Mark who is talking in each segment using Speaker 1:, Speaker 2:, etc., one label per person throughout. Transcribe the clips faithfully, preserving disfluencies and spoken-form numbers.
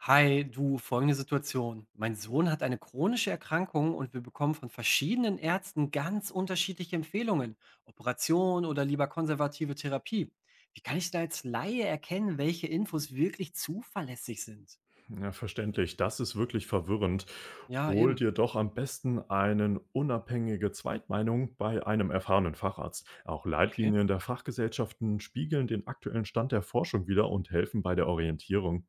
Speaker 1: Hi, du, folgende Situation. Mein Sohn hat eine chronische Erkrankung und wir bekommen von verschiedenen Ärzten ganz unterschiedliche Empfehlungen, Operation oder lieber konservative Therapie. Wie kann ich da als Laie erkennen, welche Infos wirklich zuverlässig sind?
Speaker 2: Ja, verständlich. Das ist wirklich verwirrend.
Speaker 1: Ja,
Speaker 2: Hol
Speaker 1: eben.
Speaker 2: dir doch am besten eine unabhängige Zweitmeinung bei einem erfahrenen Facharzt. Auch
Speaker 1: Okay.
Speaker 2: Leitlinien der Fachgesellschaften spiegeln den aktuellen Stand der Forschung wider und helfen bei der Orientierung.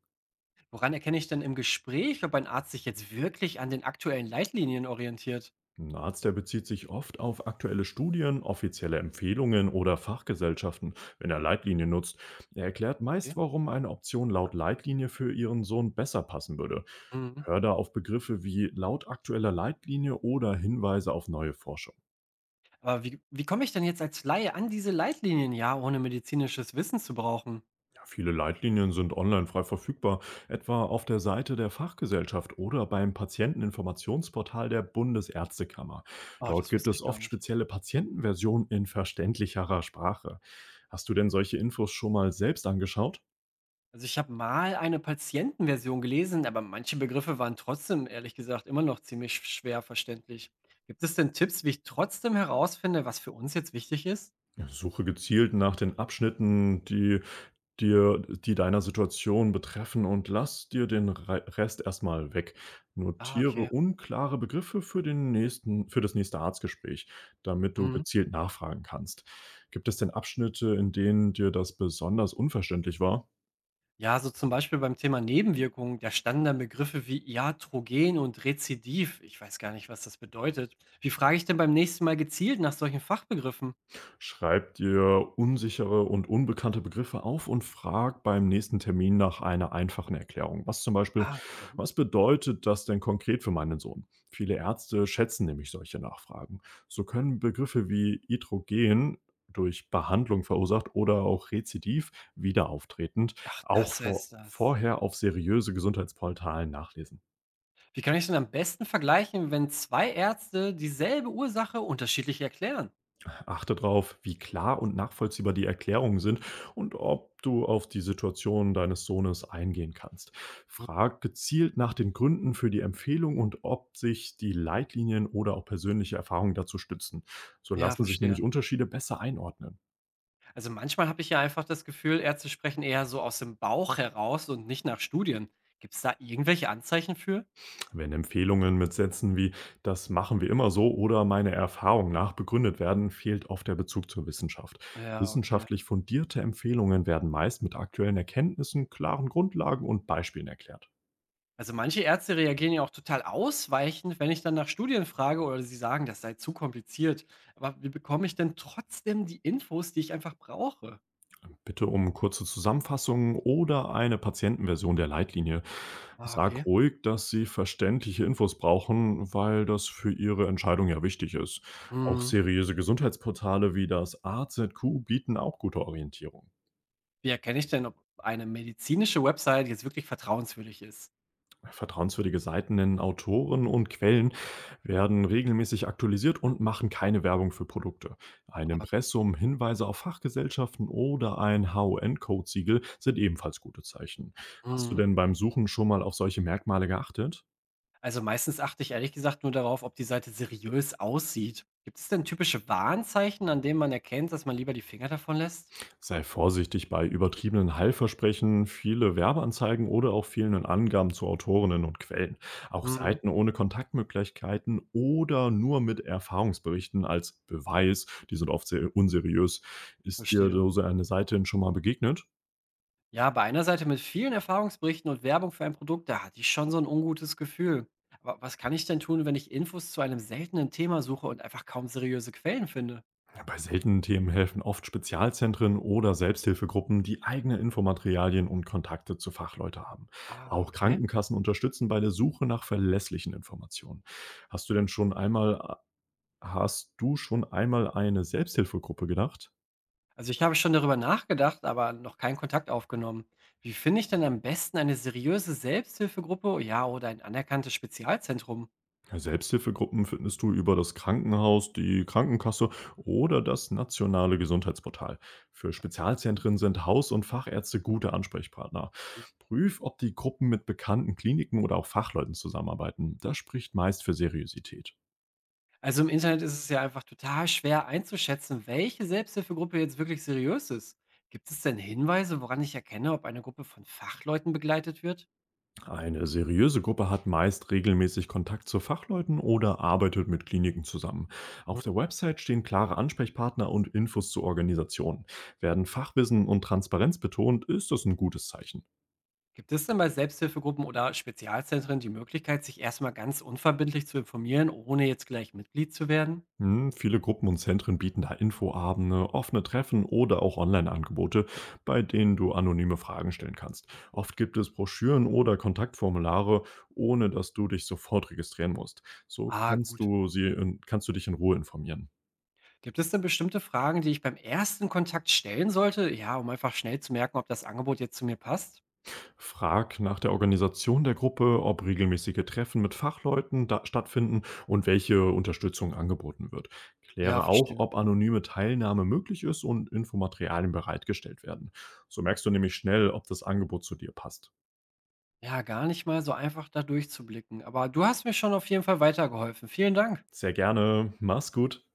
Speaker 1: Woran erkenne ich denn im Gespräch, ob ein Arzt sich jetzt wirklich an den aktuellen Leitlinien orientiert?
Speaker 2: Ein Arzt, der bezieht sich oft auf aktuelle Studien, offizielle Empfehlungen oder Fachgesellschaften, wenn er Leitlinien nutzt. Er erklärt
Speaker 1: Okay.
Speaker 2: meist, warum eine Option laut Leitlinie für ihren Sohn besser passen würde.
Speaker 1: Mhm.
Speaker 2: Hör da auf Begriffe wie laut aktueller Leitlinie oder Hinweise auf neue Forschung.
Speaker 1: Aber wie, wie komme ich denn jetzt als Laie an diese Leitlinien, ja, ohne medizinisches Wissen zu brauchen?
Speaker 2: Ja, viele Leitlinien sind online frei verfügbar, etwa auf der Seite der Fachgesellschaft oder beim Patienteninformationsportal der Bundesärztekammer.
Speaker 1: Oh,
Speaker 2: Dort
Speaker 1: das
Speaker 2: gibt
Speaker 1: wusste
Speaker 2: es
Speaker 1: ich gar
Speaker 2: oft
Speaker 1: nicht.
Speaker 2: spezielle Patientenversionen in verständlicherer Sprache. Hast du denn solche Infos schon mal selbst angeschaut?
Speaker 1: Also ich habe mal eine Patientenversion gelesen, aber manche Begriffe waren trotzdem, ehrlich gesagt, immer noch ziemlich schwer verständlich. Gibt es denn Tipps, wie ich trotzdem herausfinde, was für uns jetzt wichtig ist?
Speaker 2: Ja, suche gezielt nach den Abschnitten, die dir die deiner Situation betreffen und lass dir den Rei Rest erstmal weg.
Speaker 1: Ah,
Speaker 2: Notiere
Speaker 1: okay.
Speaker 2: unklare Begriffe für den nächsten für das nächste Arztgespräch, damit du
Speaker 1: Mhm.
Speaker 2: gezielt nachfragen kannst. Gibt es denn Abschnitte, in denen dir das besonders unverständlich war?
Speaker 1: Ja, so zum Beispiel beim Thema Nebenwirkungen, da standen dann Begriffe wie Iatrogen und Rezidiv. Ich weiß gar nicht, was das bedeutet. Wie frage ich denn beim nächsten Mal gezielt nach solchen Fachbegriffen?
Speaker 2: Schreib dir unsichere und unbekannte Begriffe auf und frag beim nächsten Termin nach einer einfachen Erklärung. Was zum Beispiel,
Speaker 1: Ah, mhm.
Speaker 2: was bedeutet das denn konkret für meinen Sohn? Viele Ärzte schätzen nämlich solche Nachfragen. So können Begriffe wie Hydrogen durch Behandlung verursacht oder auch Rezidiv wieder auftretend
Speaker 1: Ach,
Speaker 2: auch
Speaker 1: das
Speaker 2: vor,
Speaker 1: heißt das.
Speaker 2: vorher auf seriöse Gesundheitsportalen nachlesen.
Speaker 1: Wie kann ich denn am besten vergleichen, wenn zwei Ärzte dieselbe Ursache unterschiedlich erklären?
Speaker 2: Achte darauf, wie klar und nachvollziehbar die Erklärungen sind und ob du auf die Situation deines Sohnes eingehen kannst. Frag gezielt nach den Gründen für die Empfehlung und ob sich die Leitlinien oder auch persönliche Erfahrungen dazu stützen. So
Speaker 1: Ja,
Speaker 2: lassen sich
Speaker 1: verstehe.
Speaker 2: nämlich Unterschiede besser einordnen.
Speaker 1: Also manchmal habe ich ja einfach das Gefühl, Ärzte sprechen eher so aus dem Bauch heraus und nicht nach Studien. Gibt es da irgendwelche Anzeichen für?
Speaker 2: Wenn Empfehlungen mit Sätzen wie das machen wir immer so oder meine Erfahrung nach begründet werden, fehlt oft der Bezug zur Wissenschaft.
Speaker 1: Ja, okay.
Speaker 2: Wissenschaftlich fundierte Empfehlungen werden meist mit aktuellen Erkenntnissen, klaren Grundlagen und Beispielen erklärt.
Speaker 1: Also manche Ärzte reagieren ja auch total ausweichend, wenn ich dann nach Studien frage oder sie sagen, das sei zu kompliziert. Aber wie bekomme ich denn trotzdem die Infos, die ich einfach brauche?
Speaker 2: Bitte um kurze Zusammenfassungen oder eine Patientenversion der Leitlinie.
Speaker 1: Ah, okay.
Speaker 2: Sag ruhig, dass Sie verständliche Infos brauchen, weil das für Ihre Entscheidung ja wichtig ist. Auch
Speaker 1: Hm.
Speaker 2: seriöse Gesundheitsportale wie das A Z Q bieten auch gute Orientierung.
Speaker 1: Wie erkenne ich denn, ob eine medizinische Website jetzt wirklich vertrauenswürdig ist?
Speaker 2: Vertrauenswürdige Seiten nennen Autoren und Quellen, werden regelmäßig aktualisiert und machen keine Werbung für Produkte. Ein
Speaker 1: Ah, okay.
Speaker 2: Impressum, Hinweise auf Fachgesellschaften oder ein H O N-Code-Siegel sind ebenfalls gute Zeichen. Hast du
Speaker 1: Mhm.
Speaker 2: denn beim Suchen schon mal auf solche Merkmale geachtet?
Speaker 1: Also meistens achte ich ehrlich gesagt nur darauf, ob die Seite seriös aussieht. Gibt es denn typische Warnzeichen, an denen man erkennt, dass man lieber die Finger davon lässt?
Speaker 2: Sei vorsichtig bei übertriebenen Heilversprechen, viele Werbeanzeigen oder auch fehlenden Angaben zu Autorinnen und Quellen. Auch
Speaker 1: Mhm,
Speaker 2: Seiten ohne Kontaktmöglichkeiten oder nur mit Erfahrungsberichten als Beweis, die sind oft sehr unseriös. Ist dir
Speaker 1: verstehe.
Speaker 2: so so eine Seite denn schon mal begegnet?
Speaker 1: Ja, bei einer Seite mit vielen Erfahrungsberichten und Werbung für ein Produkt, da hatte ich schon so ein ungutes Gefühl. Aber was kann ich denn tun, wenn ich Infos zu einem seltenen Thema suche und einfach kaum seriöse Quellen finde?
Speaker 2: Ja, bei seltenen Themen helfen oft Spezialzentren oder Selbsthilfegruppen, die eigene Infomaterialien und Kontakte zu Fachleute haben.
Speaker 1: Ah,
Speaker 2: Auch
Speaker 1: okay.
Speaker 2: Krankenkassen unterstützen bei der Suche nach verlässlichen Informationen. Hast du denn schon einmal Hast du schon einmal eine Selbsthilfegruppe gedacht?
Speaker 1: Also ich habe schon darüber nachgedacht, aber noch keinen Kontakt aufgenommen. Wie finde ich denn am besten eine seriöse Selbsthilfegruppe, ja, oder ein anerkanntes Spezialzentrum?
Speaker 2: Ja, Selbsthilfegruppen findest du über das Krankenhaus, die Krankenkasse oder das nationale Gesundheitsportal. Für Spezialzentren sind Haus- und Fachärzte gute Ansprechpartner. Prüf, ob die Gruppen mit bekannten Kliniken oder auch Fachleuten zusammenarbeiten. Das spricht meist für Seriosität.
Speaker 1: Also im Internet ist es ja einfach total schwer einzuschätzen, welche Selbsthilfegruppe jetzt wirklich seriös ist. Gibt es denn Hinweise, woran ich erkenne, ob eine Gruppe von Fachleuten begleitet wird?
Speaker 2: Eine seriöse Gruppe hat meist regelmäßig Kontakt zu Fachleuten oder arbeitet mit Kliniken zusammen. Auf
Speaker 1: Hm.
Speaker 2: der Website stehen klare Ansprechpartner und Infos zu Organisationen. Werden Fachwissen und Transparenz betont, ist das ein gutes Zeichen.
Speaker 1: Gibt es denn bei Selbsthilfegruppen oder Spezialzentren die Möglichkeit, sich erstmal ganz unverbindlich zu informieren, ohne jetzt gleich Mitglied zu werden?
Speaker 2: Hm, viele Gruppen und Zentren bieten da Infoabende, offene Treffen oder auch Online-Angebote, bei denen du anonyme Fragen stellen kannst. Oft gibt es Broschüren oder Kontaktformulare, ohne dass du dich sofort registrieren musst. So
Speaker 1: Ah,
Speaker 2: kannst
Speaker 1: gut.
Speaker 2: du, sie in, kannst du dich in Ruhe informieren.
Speaker 1: Gibt es denn bestimmte Fragen, die ich beim ersten Kontakt stellen sollte? Ja, um einfach schnell zu merken, ob das Angebot jetzt zu mir passt?
Speaker 2: Frag nach der Organisation der Gruppe, ob regelmäßige Treffen mit Fachleuten da stattfinden und welche Unterstützung angeboten wird.
Speaker 1: Ja,
Speaker 2: Kläre auch,
Speaker 1: verstehe.
Speaker 2: ob anonyme Teilnahme möglich ist und Infomaterialien bereitgestellt werden. So merkst du nämlich schnell, ob das Angebot zu dir passt.
Speaker 1: Ja, gar nicht mal so einfach da durchzublicken. Aber du hast mir schon auf jeden Fall weitergeholfen. Vielen Dank.
Speaker 2: Sehr gerne. Mach's gut.